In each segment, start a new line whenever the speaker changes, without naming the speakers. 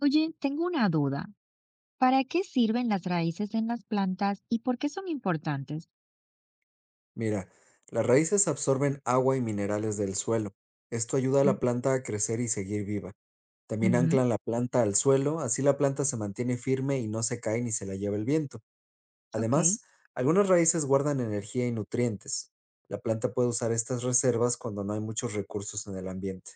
Oye, tengo una duda. ¿Para qué sirven las raíces en las plantas y por qué son importantes?
Mira, las raíces absorben agua y minerales del suelo. Esto ayuda a
Mm,
la planta a crecer y seguir viva. También
ujú,
anclan la planta al suelo, así la planta se mantiene firme y no se cae ni se la lleva el viento.
ok,
Además, algunas raíces guardan energía y nutrientes. La planta puede usar estas reservas cuando no hay muchos recursos en el ambiente.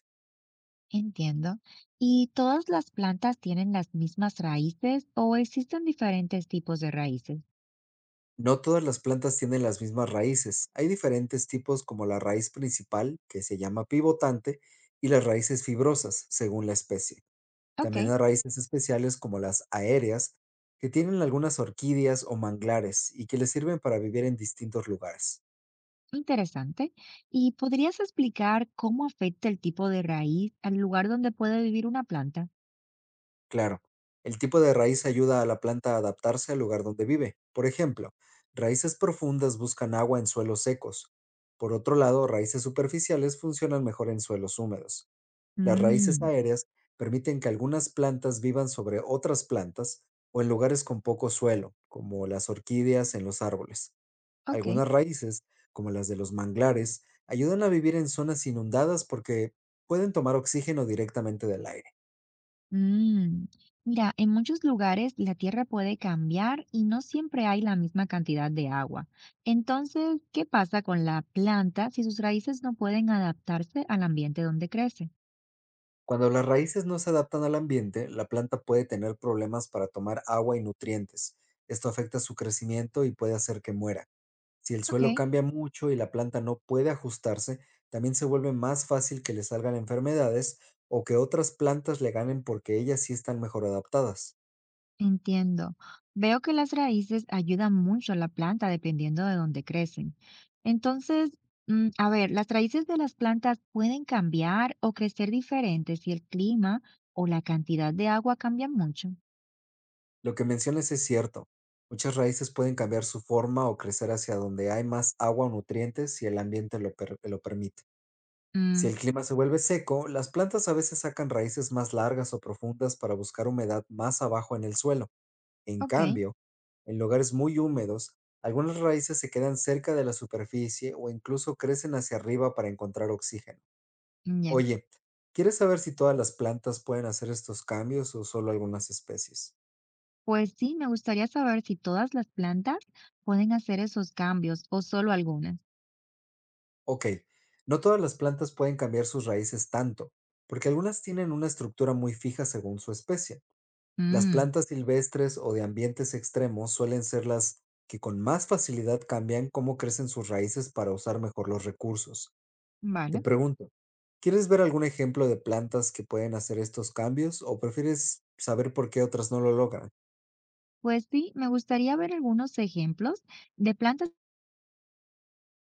entiendo. ¿Y todas las plantas tienen las mismas raíces o existen diferentes tipos de raíces?
No todas las plantas tienen las mismas raíces. Hay diferentes tipos como la raíz principal, que se llama pivotante, y las raíces fibrosas, según la especie.
Ok,
También hay raíces especiales como las aéreas, que tienen algunas orquídeas o manglares y que les sirven para vivir en distintos lugares.
interesante. ¿Y podrías explicar cómo afecta el tipo de raíz al lugar donde puede vivir una planta?
Claro, el tipo de raíz ayuda a la planta a adaptarse al lugar donde vive. Por ejemplo, raíces profundas buscan agua en suelos secos. Por otro lado, raíces superficiales funcionan mejor en suelos húmedos. Las raíces
Mm,
aéreas permiten que algunas plantas vivan sobre otras plantas o en lugares con poco suelo, como las orquídeas en los árboles.
ok.
Algunas raíces, como las de los manglares, ayudan a vivir en zonas inundadas porque pueden tomar oxígeno directamente del aire.
Mm, Mira, en muchos lugares la tierra puede cambiar y no siempre hay la misma cantidad de agua. Entonces, ¿qué pasa con la planta si sus raíces no pueden adaptarse al ambiente donde crece?
Cuando las raíces no se adaptan al ambiente, la planta puede tener problemas para tomar agua y nutrientes. Esto afecta su crecimiento y puede hacer que muera. Si el
Ok,
suelo cambia mucho y la planta no puede ajustarse, también se vuelve más fácil que le salgan enfermedades o que otras plantas le ganen porque ellas sí están mejor adaptadas.
entiendo. Veo que las raíces ayudan mucho a la planta dependiendo de dónde crecen. Entonces, a ver, ¿las raíces de las plantas pueden cambiar o crecer diferentes si el clima o la cantidad de agua cambian mucho?
Lo que mencionas es cierto. Muchas raíces pueden cambiar su forma o crecer hacia donde hay más agua o nutrientes si el ambiente lo permite. Si
Mm,
el clima se vuelve seco, las plantas a veces sacan raíces más largas o profundas para buscar humedad más abajo en el suelo. En
ok,
cambio, en lugares muy húmedos, algunas raíces se quedan cerca de la superficie o incluso crecen hacia arriba para encontrar oxígeno.
ya.
Oye, ¿quieres saber si todas las plantas pueden hacer estos cambios o solo algunas especies?
Pues sí, me gustaría saber si todas las plantas pueden hacer esos cambios o solo algunas.
Ok, no todas las plantas pueden cambiar sus raíces tanto, porque algunas tienen una estructura muy fija según su especie. Las
Mm,
plantas silvestres o de ambientes extremos suelen ser las que con más facilidad cambian cómo crecen sus raíces para usar mejor los recursos. Te
vale.
pregunto, ¿quieres ver algún ejemplo de plantas que pueden hacer estos cambios o prefieres saber por qué otras no lo logran?
Pues sí, me gustaría ver algunos ejemplos de plantas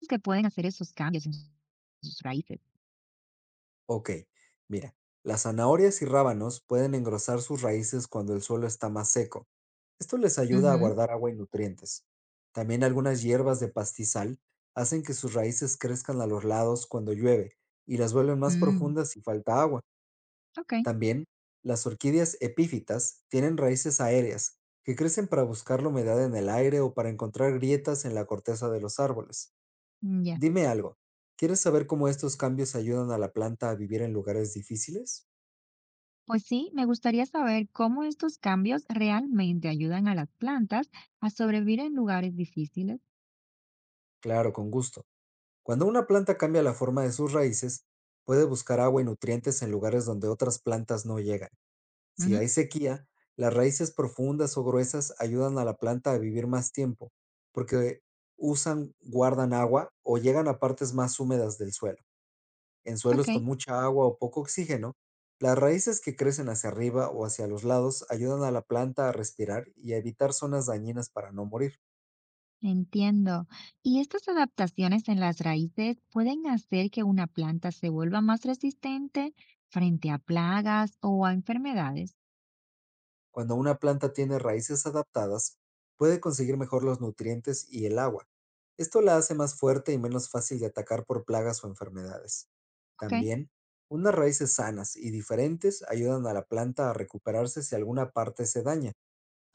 que pueden hacer esos cambios en sus raíces.
Ok, mira, las zanahorias y rábanos pueden engrosar sus raíces cuando el suelo está más seco. Esto les ayuda a
Ujú,
guardar agua y nutrientes. También algunas hierbas de pastizal hacen que sus raíces crezcan a los lados cuando llueve y las vuelven más
mm,
profundas si falta agua.
ok,
También, las orquídeas epífitas tienen raíces aéreas que crecen para buscar la humedad en el aire o para encontrar grietas en la corteza de los árboles.
mm, ya.
Dime algo, ¿quieres saber cómo estos cambios ayudan a la planta a vivir en lugares difíciles?
Pues sí, me gustaría saber cómo estos cambios realmente ayudan a las plantas a sobrevivir en lugares difíciles.
Claro, con gusto. Cuando una planta cambia la forma de sus raíces, puede buscar agua y nutrientes en lugares donde otras plantas no llegan. Si
Ujú,
hay sequía, las raíces profundas o gruesas ayudan a la planta a vivir más tiempo, porque usan, guardan agua o llegan a partes más húmedas del suelo. En
ok.
suelos con mucha agua o poco oxígeno, las raíces que crecen hacia arriba o hacia los lados ayudan a la planta a respirar y a evitar zonas dañinas para no morir.
Entiendo. ¿Y estas adaptaciones en las raíces pueden hacer que una planta se vuelva más resistente frente a plagas o a enfermedades?
Cuando una planta tiene raíces adaptadas, puede conseguir mejor los nutrientes y el agua. Esto la hace más fuerte y menos fácil de atacar por plagas o enfermedades.
Ok,
También, unas raíces sanas y diferentes ayudan a la planta a recuperarse si alguna parte se daña.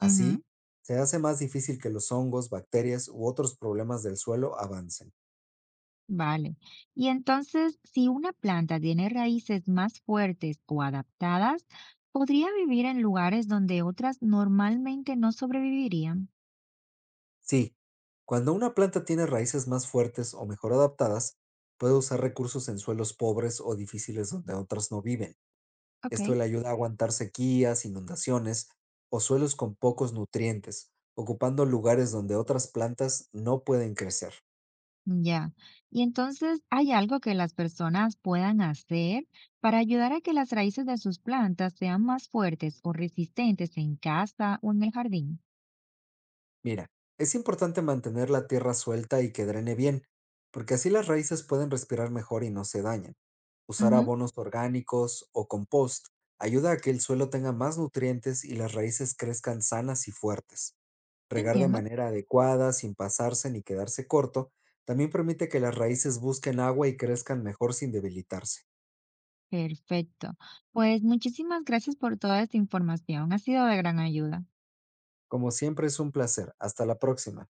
ujú,
se hace más difícil que los hongos, bacterias u otros problemas del suelo avancen.
vale. Y entonces, si una planta tiene raíces más fuertes o adaptadas, podría vivir en lugares donde otras normalmente no sobrevivirían.
Sí, cuando una planta tiene raíces más fuertes o mejor adaptadas, puede usar recursos en suelos pobres o difíciles donde otras no viven.
Ok.
Esto le ayuda a aguantar sequías, inundaciones o suelos con pocos nutrientes, ocupando lugares donde otras plantas no pueden crecer.
Ya. Y entonces, ¿hay algo que las personas puedan hacer para ayudar a que las raíces de sus plantas sean más fuertes o resistentes en casa o en el jardín?
Mira, es importante mantener la tierra suelta y que drene bien, porque así las raíces pueden respirar mejor y no se dañan. Usar
Ujú,
abonos orgánicos o compost ayuda a que el suelo tenga más nutrientes y las raíces crezcan sanas y fuertes. Regar de
entiendo.
manera adecuada, sin pasarse ni quedarse corto, también permite que las raíces busquen agua y crezcan mejor sin debilitarse.
Perfecto. Pues muchísimas gracias por toda esta información. Ha sido de gran ayuda.
Como siempre es un placer. Hasta la próxima.